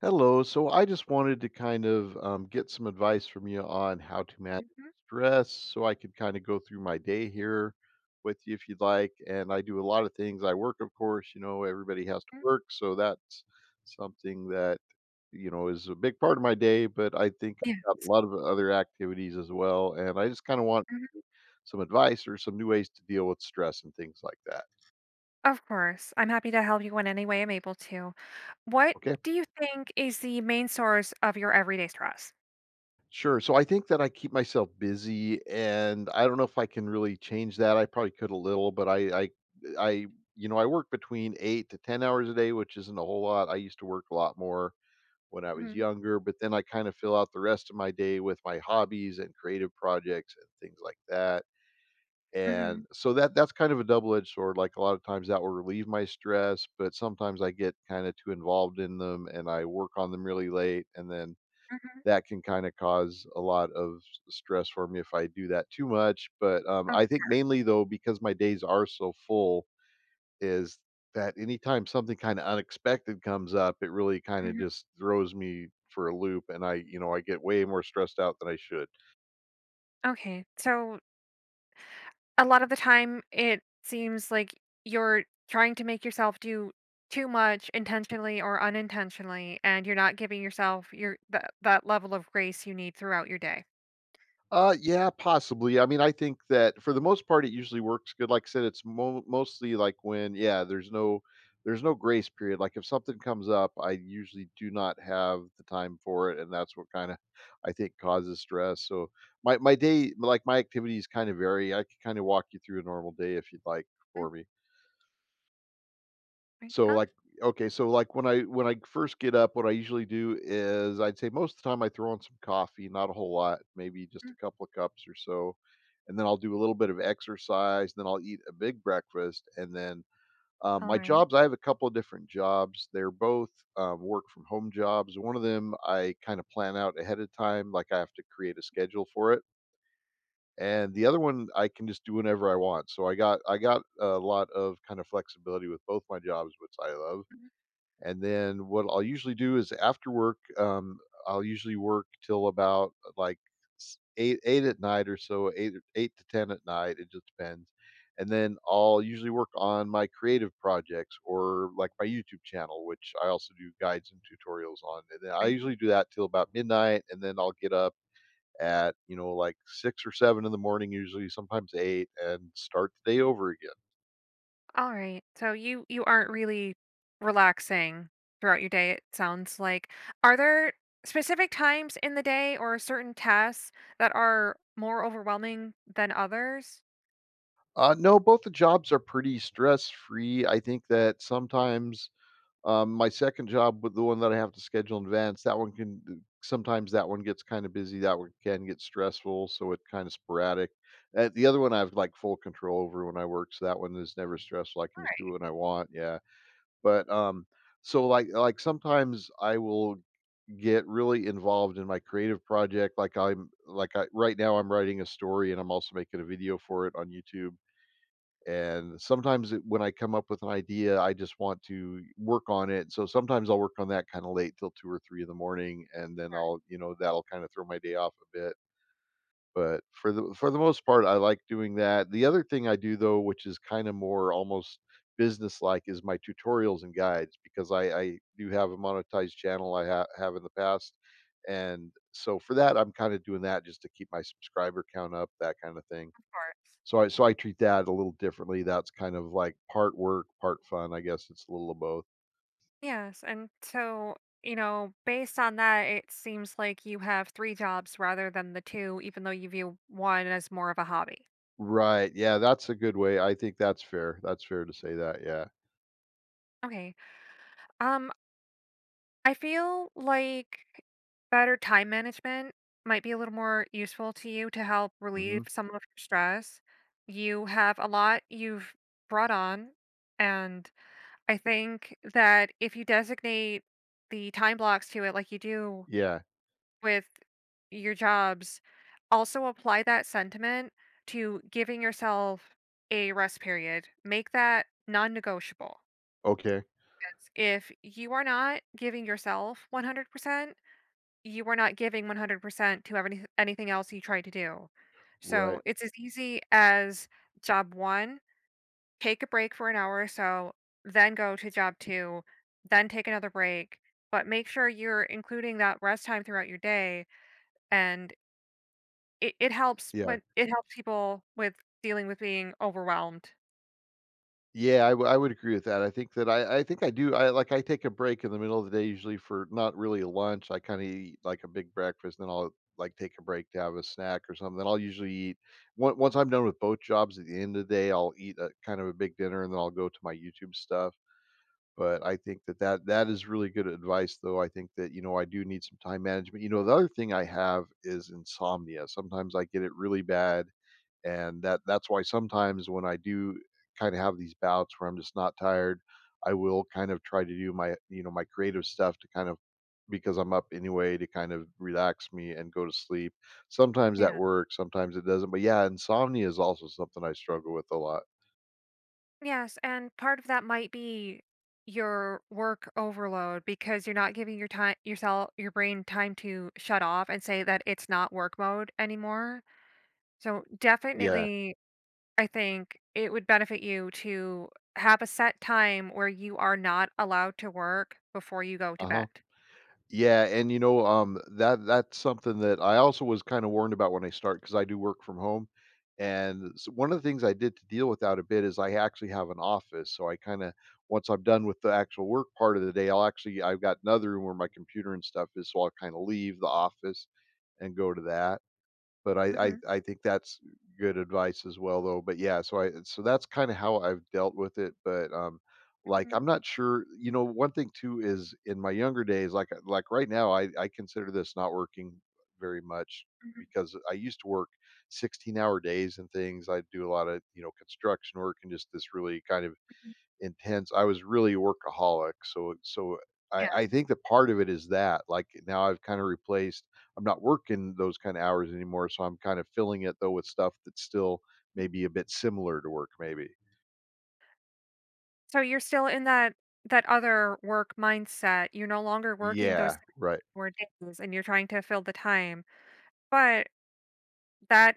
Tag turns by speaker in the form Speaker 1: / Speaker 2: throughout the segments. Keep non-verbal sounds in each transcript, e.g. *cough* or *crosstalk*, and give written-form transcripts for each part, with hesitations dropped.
Speaker 1: Hello. So I just wanted to kind of get some advice from you on how to manage
Speaker 2: Mhm,
Speaker 1: stress so I could kind of go through my day here with you if you'd like. And I do a lot of things. I work, of course, you know, everybody has to
Speaker 2: mm,
Speaker 1: work. So that's something that, you know, is a big part of my day. But I think
Speaker 2: yeah,
Speaker 1: I've got a lot of other activities as well. And I just kind of want
Speaker 2: mhm,
Speaker 1: some advice or some new ways to deal with stress and things like that.
Speaker 2: of course. I'm happy to help you in any way I'm able to. What
Speaker 1: Okay.
Speaker 2: do you think is the main source of your everyday stress?
Speaker 1: Sure. So I think that I keep myself busy and I don't know if I can really change that. I probably could a little, but I you know, I work between 8 to 10 hours a day, which isn't a whole lot. I used to work a lot more when I was
Speaker 2: Mhm,
Speaker 1: younger, but then I kind of fill out the rest of my day with my hobbies and creative projects and things like that. And
Speaker 2: mhm,
Speaker 1: so that's kind of a double-edged sword. Like a lot of times that will relieve my stress, but sometimes I get kind of too involved in them and I work on them really late, and then
Speaker 2: mhm,
Speaker 1: that can kinda cause a lot of s stress for me if I do that too much, but,
Speaker 2: of
Speaker 1: I think mainly though, because my days are so full, is that anytime something kinda unexpected comes up, it really kinda
Speaker 2: mhm.
Speaker 1: just throws me for a loop, and I, you know, I get way more stressed out than I should.
Speaker 2: Okay, so a lot of the time, it seems like you're trying to make yourself do too much intentionally or unintentionally, and you're not giving yourself your that that level of grace you need throughout your day.
Speaker 1: Yeah, possibly. I mean, I think that for the most part, it usually works good. Like I said, it's mostly like when, yeah, there's no grace period. Like if something comes up, I usually do not have the time for it, and that's what kind of, I think, causes stress. So my day, like my activities, kind of vary. I could kind of walk you through a normal day if you'd like
Speaker 2: Mm,
Speaker 1: for me.
Speaker 2: right,
Speaker 1: So,
Speaker 2: ah,
Speaker 1: okay, so, like, when I first get up, what I usually do is I'd say most of the time I throw in some coffee, not a whole lot, maybe just a
Speaker 2: mm,
Speaker 1: couple of cups or so, and then I'll do a little bit of exercise, then I'll eat a big breakfast, and then,
Speaker 2: all
Speaker 1: my
Speaker 2: right,
Speaker 1: jobs, I have a couple of different jobs. They're both, work from home jobs. One of them, I kinda plan out ahead of time, like, I have to create a schedule for it, and the other one, I can just do whenever I want. So I got a lot of kind of flexibility with both my jobs, which I love.
Speaker 2: mhm,
Speaker 1: And then what I'll usually do is after work, I'll usually work till about eight, eight at night or so, eight, eight to ten at night. It just depends. And then I'll usually work on my creative projects or like my YouTube channel, which I also do guides and tutorials on. And then I
Speaker 2: right.
Speaker 1: usually do that till about midnight, and then I'll get up at, you know, like six or seven in the morning, usually sometimes eight, and start the day over again.
Speaker 2: All right. So you aren't really relaxing throughout your day, it sounds like. Are there specific times in the day or certain tasks that are more overwhelming than others?
Speaker 1: No, both the jobs are pretty stress free. I think that sometimes my second job, with the one that I have to schedule in advance, that one can, sometimes that one gets kind of busy. That one can get stressful, so it kind of sporadic. The other one I have like full control over when I work, so that one is never stressful. I can just do what I want. Yeah, but so like sometimes I will get really involved in my creative project. Like I'm like I right now I'm writing a story and I'm also making a video for it on YouTube, and sometimes it, when I come up with an idea, I just want to work on it. So sometimes I'll work on that kind of late till two or three in the morning, and then I'll, you know, that'll kind of throw my day off a bit. But for the most part, I like doing that. The other thing I do though, which is kind of more almost business like, is my tutorials and guides because I do have a monetized channel I have in the past, and so for that, I'm kind of doing that just to keep my subscriber count up, that kind of thing.
Speaker 2: Of course.
Speaker 1: So I treat that a little differently. That's kind of like part work, part fun. I guess it's a little of both.
Speaker 2: Yes. And so, you know, based on that, it seems like you have three jobs rather than the two, even though you view one as more of a hobby.
Speaker 1: Right. Yeah, that's a good way. I think that's fair. That's fair to say that. Yeah.
Speaker 2: Okay. Um, I feel like better time management might be a little more useful to you to help
Speaker 1: Hmm.
Speaker 2: relieve some of your stress. You have a lot you've brought on, and I think that if you designate the time blocks to it like you do
Speaker 1: Yeah.
Speaker 2: with your jobs, also apply that sentiment to giving yourself a rest period. Make that non negotiable.
Speaker 1: Okay.
Speaker 2: If you are not giving yourself 100%, you were not giving 100% to everyth anything else you tried to do.
Speaker 1: Right.
Speaker 2: So, it's as easy as job 1, take a break for an hour or so, then go to job 2, then take another break, but make sure you're including that rest time throughout your day, and it helps
Speaker 1: Yeah.
Speaker 2: when it helps people with dealing with being overwhelmed.
Speaker 1: Yeah. I would agree with that. I think that I think I do. I take a break in the middle of the day usually for not really lunch. I kind of eat like a big breakfast, then I'll like take a break to have a snack or something. Then I'll usually eat once I'm done with both jobs at the end of the day. I'll eat a kind of a big dinner, and then I'll go to my YouTube stuff. But I think that that is really good advice, though. I think that, you know, I do need some time management. You know, the other thing I have is insomnia. Sometimes I get it really bad, and that's why sometimes when I do kind of have these bouts where I'm just not tired, I will kind of try to do my, you know, my creative stuff to kind of, because I'm up anyway, to kind of relax me and go to sleep. Sometimes that
Speaker 2: Yeah.
Speaker 1: works, sometimes it doesn't. But yeah, insomnia is also something I struggle with a lot.
Speaker 2: Yes, and part of that might be your work overload because you're not giving yourself your brain time to shut off and say that it's not work mode anymore. So
Speaker 1: Yeah.
Speaker 2: definitely I think it would benefit you to have a set time where you are not allowed to work before you go to bed.
Speaker 1: Uh-huh. Yeah, and you know, that that's something that I also was kinda warned about when I start because I do work from home, and s one of the things I did to deal with that a bit is I actually have an office, so I kinda, once I'm done with the actual work part of the day, I'll actually, I've got another room where my computer and stuff is, so I'll kinda leave the office and go to that. But
Speaker 2: Mhm,
Speaker 1: I think that's good advice as well though, but yeah, so that's kinda how I've dealt with it, but, like,
Speaker 2: mhm,
Speaker 1: I'm not sure, you know, one thing too is in my younger days, like right now, I consider this not working very much
Speaker 2: mhm,
Speaker 1: because I used to work 16-hour days and things. I do a lot of, you know, construction work and just this really kind of
Speaker 2: mhm,
Speaker 1: intense. I was really workaholic, so
Speaker 2: yeah.
Speaker 1: I think that part of it is that. Like now, I've kind of replaced. I'm not working those kind of hours anymore, so I'm kind of filling it though with stuff that's still maybe a bit similar to work. Maybe.
Speaker 2: So you're still in that other work mindset. You're no longer working those
Speaker 1: Yeah. Right.
Speaker 2: 6 days and you're trying to fill the time. But that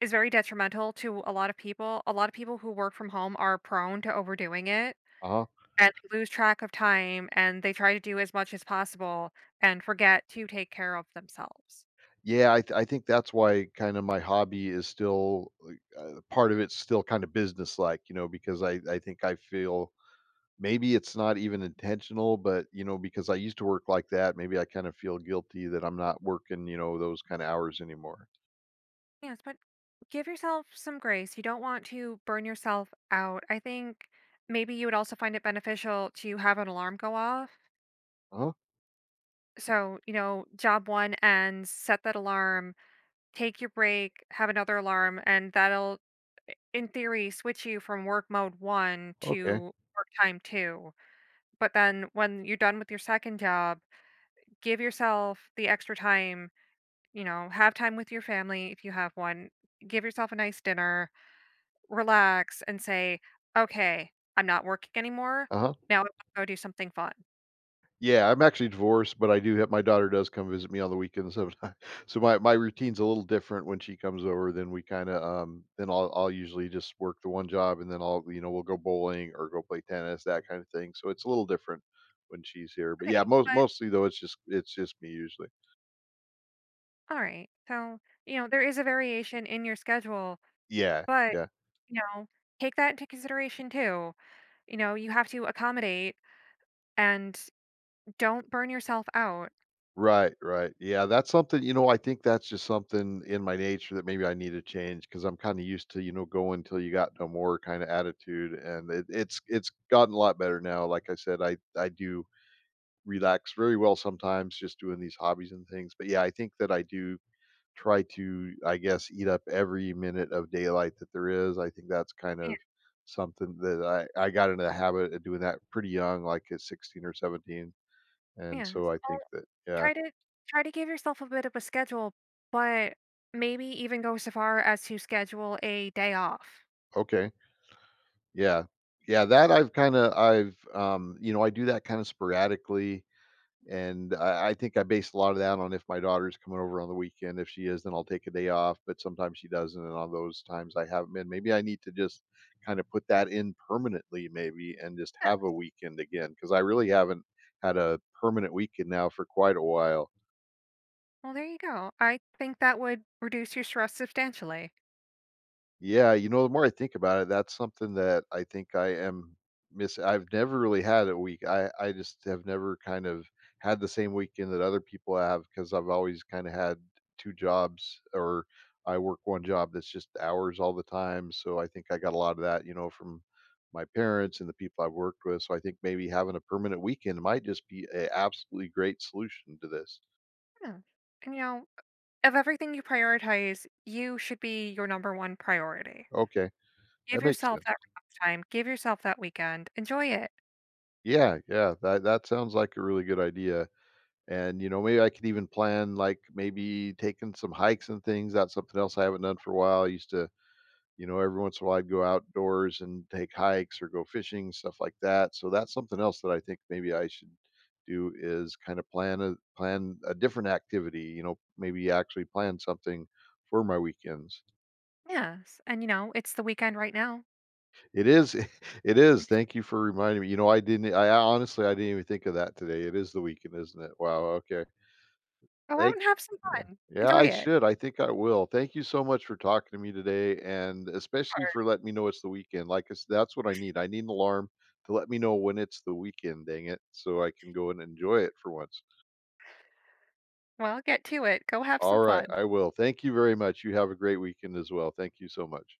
Speaker 2: is very detrimental to a lot of people. A lot of people who work from home are prone to overdoing it.
Speaker 1: Uh huh.
Speaker 2: And they lose track of time, and they try to do as much as possible and forget to take care of themselves.
Speaker 1: Yeah, I think that's why kind of my hobby is still like, part of it's still kind of business like, you know, because I think I feel, maybe it's not even intentional, but, you know, because I used to work like that, maybe I kind of feel guilty that I'm not working, you know, those kind of hours anymore.
Speaker 2: Yes, but give yourself some grace. You don't want to burn yourself out. I think maybe you would also find it beneficial to have an alarm go off.
Speaker 1: Uh-huh,
Speaker 2: So, you know, job one ends, set that alarm, take your break, have another alarm, and that'll, in theory, switch you from work mode one
Speaker 1: okay,
Speaker 2: to work time two. But then when you're done with your second job, give yourself the extra time, you know, have time with your family if you have one, give yourself a nice dinner, relax, and say, okay, I'm not working anymore.
Speaker 1: uh-huh.
Speaker 2: Now I want to go do something fun.
Speaker 1: Yeah, I'm actually divorced, but I do have, my daughter does come visit me on the weekends sometimes, *laughs* so my routine's a little different when she comes over, then we kinda, then I'll usually just work the one job and then I'll, you know, we'll go bowling or go play tennis, that kind of thing, so it's a little different when she's here, but yeah,
Speaker 2: Okay, but
Speaker 1: mostly though, it's just me usually.
Speaker 2: all right. So, you know, there is a variation in your schedule.
Speaker 1: Yeah,
Speaker 2: But,
Speaker 1: yeah.
Speaker 2: you know, take that into consideration too. You know, you have to accommodate and don't burn yourself out.
Speaker 1: Right, right. Yeah, that's something, you know, I think that's just something in my nature that maybe I need to change because I'm kind of used to, you know, going till you got no more kind of attitude. And it's gotten a lot better now. Like I said, I do relax very well sometimes just doing these hobbies and things. But yeah, I think that I do try to, I guess, eat up every minute of daylight that there is. I think that's kind
Speaker 2: Yeah,
Speaker 1: of something that I got into the habit of doing that pretty young, like at 16 or 17. And
Speaker 2: yeah.
Speaker 1: so I
Speaker 2: So
Speaker 1: think that, yeah,
Speaker 2: try to try to give yourself a bit of a schedule, but maybe even go so far as to schedule a day off.
Speaker 1: okay. Yeah. Yeah, that I've, you know, I do that kinda sporadically, and I think I base a lot of that on if my daughter's coming over on the weekend. If she is, then I'll take a day off, but sometimes she doesn't, and on those times I haven't been. Maybe I need to just kinda put that in permanently maybe and just
Speaker 2: Yeah.
Speaker 1: have a weekend again because I really haven't had a permanent weekend now for quite a while.
Speaker 2: Well, there you go. I think that would reduce your stress substantially.
Speaker 1: Yeah, you know, the more I think about it, that's something that I think I am miss I've never really had a week. I just have never kind of had the same weekend that other people have because I've always kind of had two jobs or I work one job that's just hours all the time. So I think I got a lot of that, you know, from my parents and the people I've worked with. So I think maybe having a permanent weekend might just be a absolutely great solution to this.
Speaker 2: Yeah. And you know, of everything you prioritize, you should be your number one priority.
Speaker 1: Okay, that
Speaker 2: Give
Speaker 1: makes
Speaker 2: yourself
Speaker 1: sense.
Speaker 2: that relax time. Give yourself that weekend. Enjoy it.
Speaker 1: Yeah, yeah, that that sounds like a really good idea. And, you know, maybe I could even plan, like, maybe taking some hikes and things. That's something else I haven't done for a while. I used to, you know, every once in a while I'd go outdoors and take hikes or go fishing, stuff like that. So that's something else that I think maybe I should do is kind of plan a different activity, you know, maybe actually plan something for my weekends.
Speaker 2: Yes, and, you know, it's the weekend right now.
Speaker 1: It is, *laughs* it is. Thank you for reminding me. You know, I honestly I didn't even think of that today. It is the weekend, isn't it? Wow, okay.
Speaker 2: Go out
Speaker 1: Thank—
Speaker 2: and have some
Speaker 1: yeah.
Speaker 2: fun.
Speaker 1: Yeah,
Speaker 2: Enjoy
Speaker 1: I
Speaker 2: it.
Speaker 1: should. I think I will. Thank you so much for talking to me today and especially for letting me know it's the weekend. Like I s that's what I need. I need an alarm to let me know when it's the weekend, dang it, so I can go and enjoy it for once.
Speaker 2: Well, get to it. Go have some
Speaker 1: Alright,
Speaker 2: fun.
Speaker 1: I will. Thank you very much. You have a great weekend as well. Thank you so much.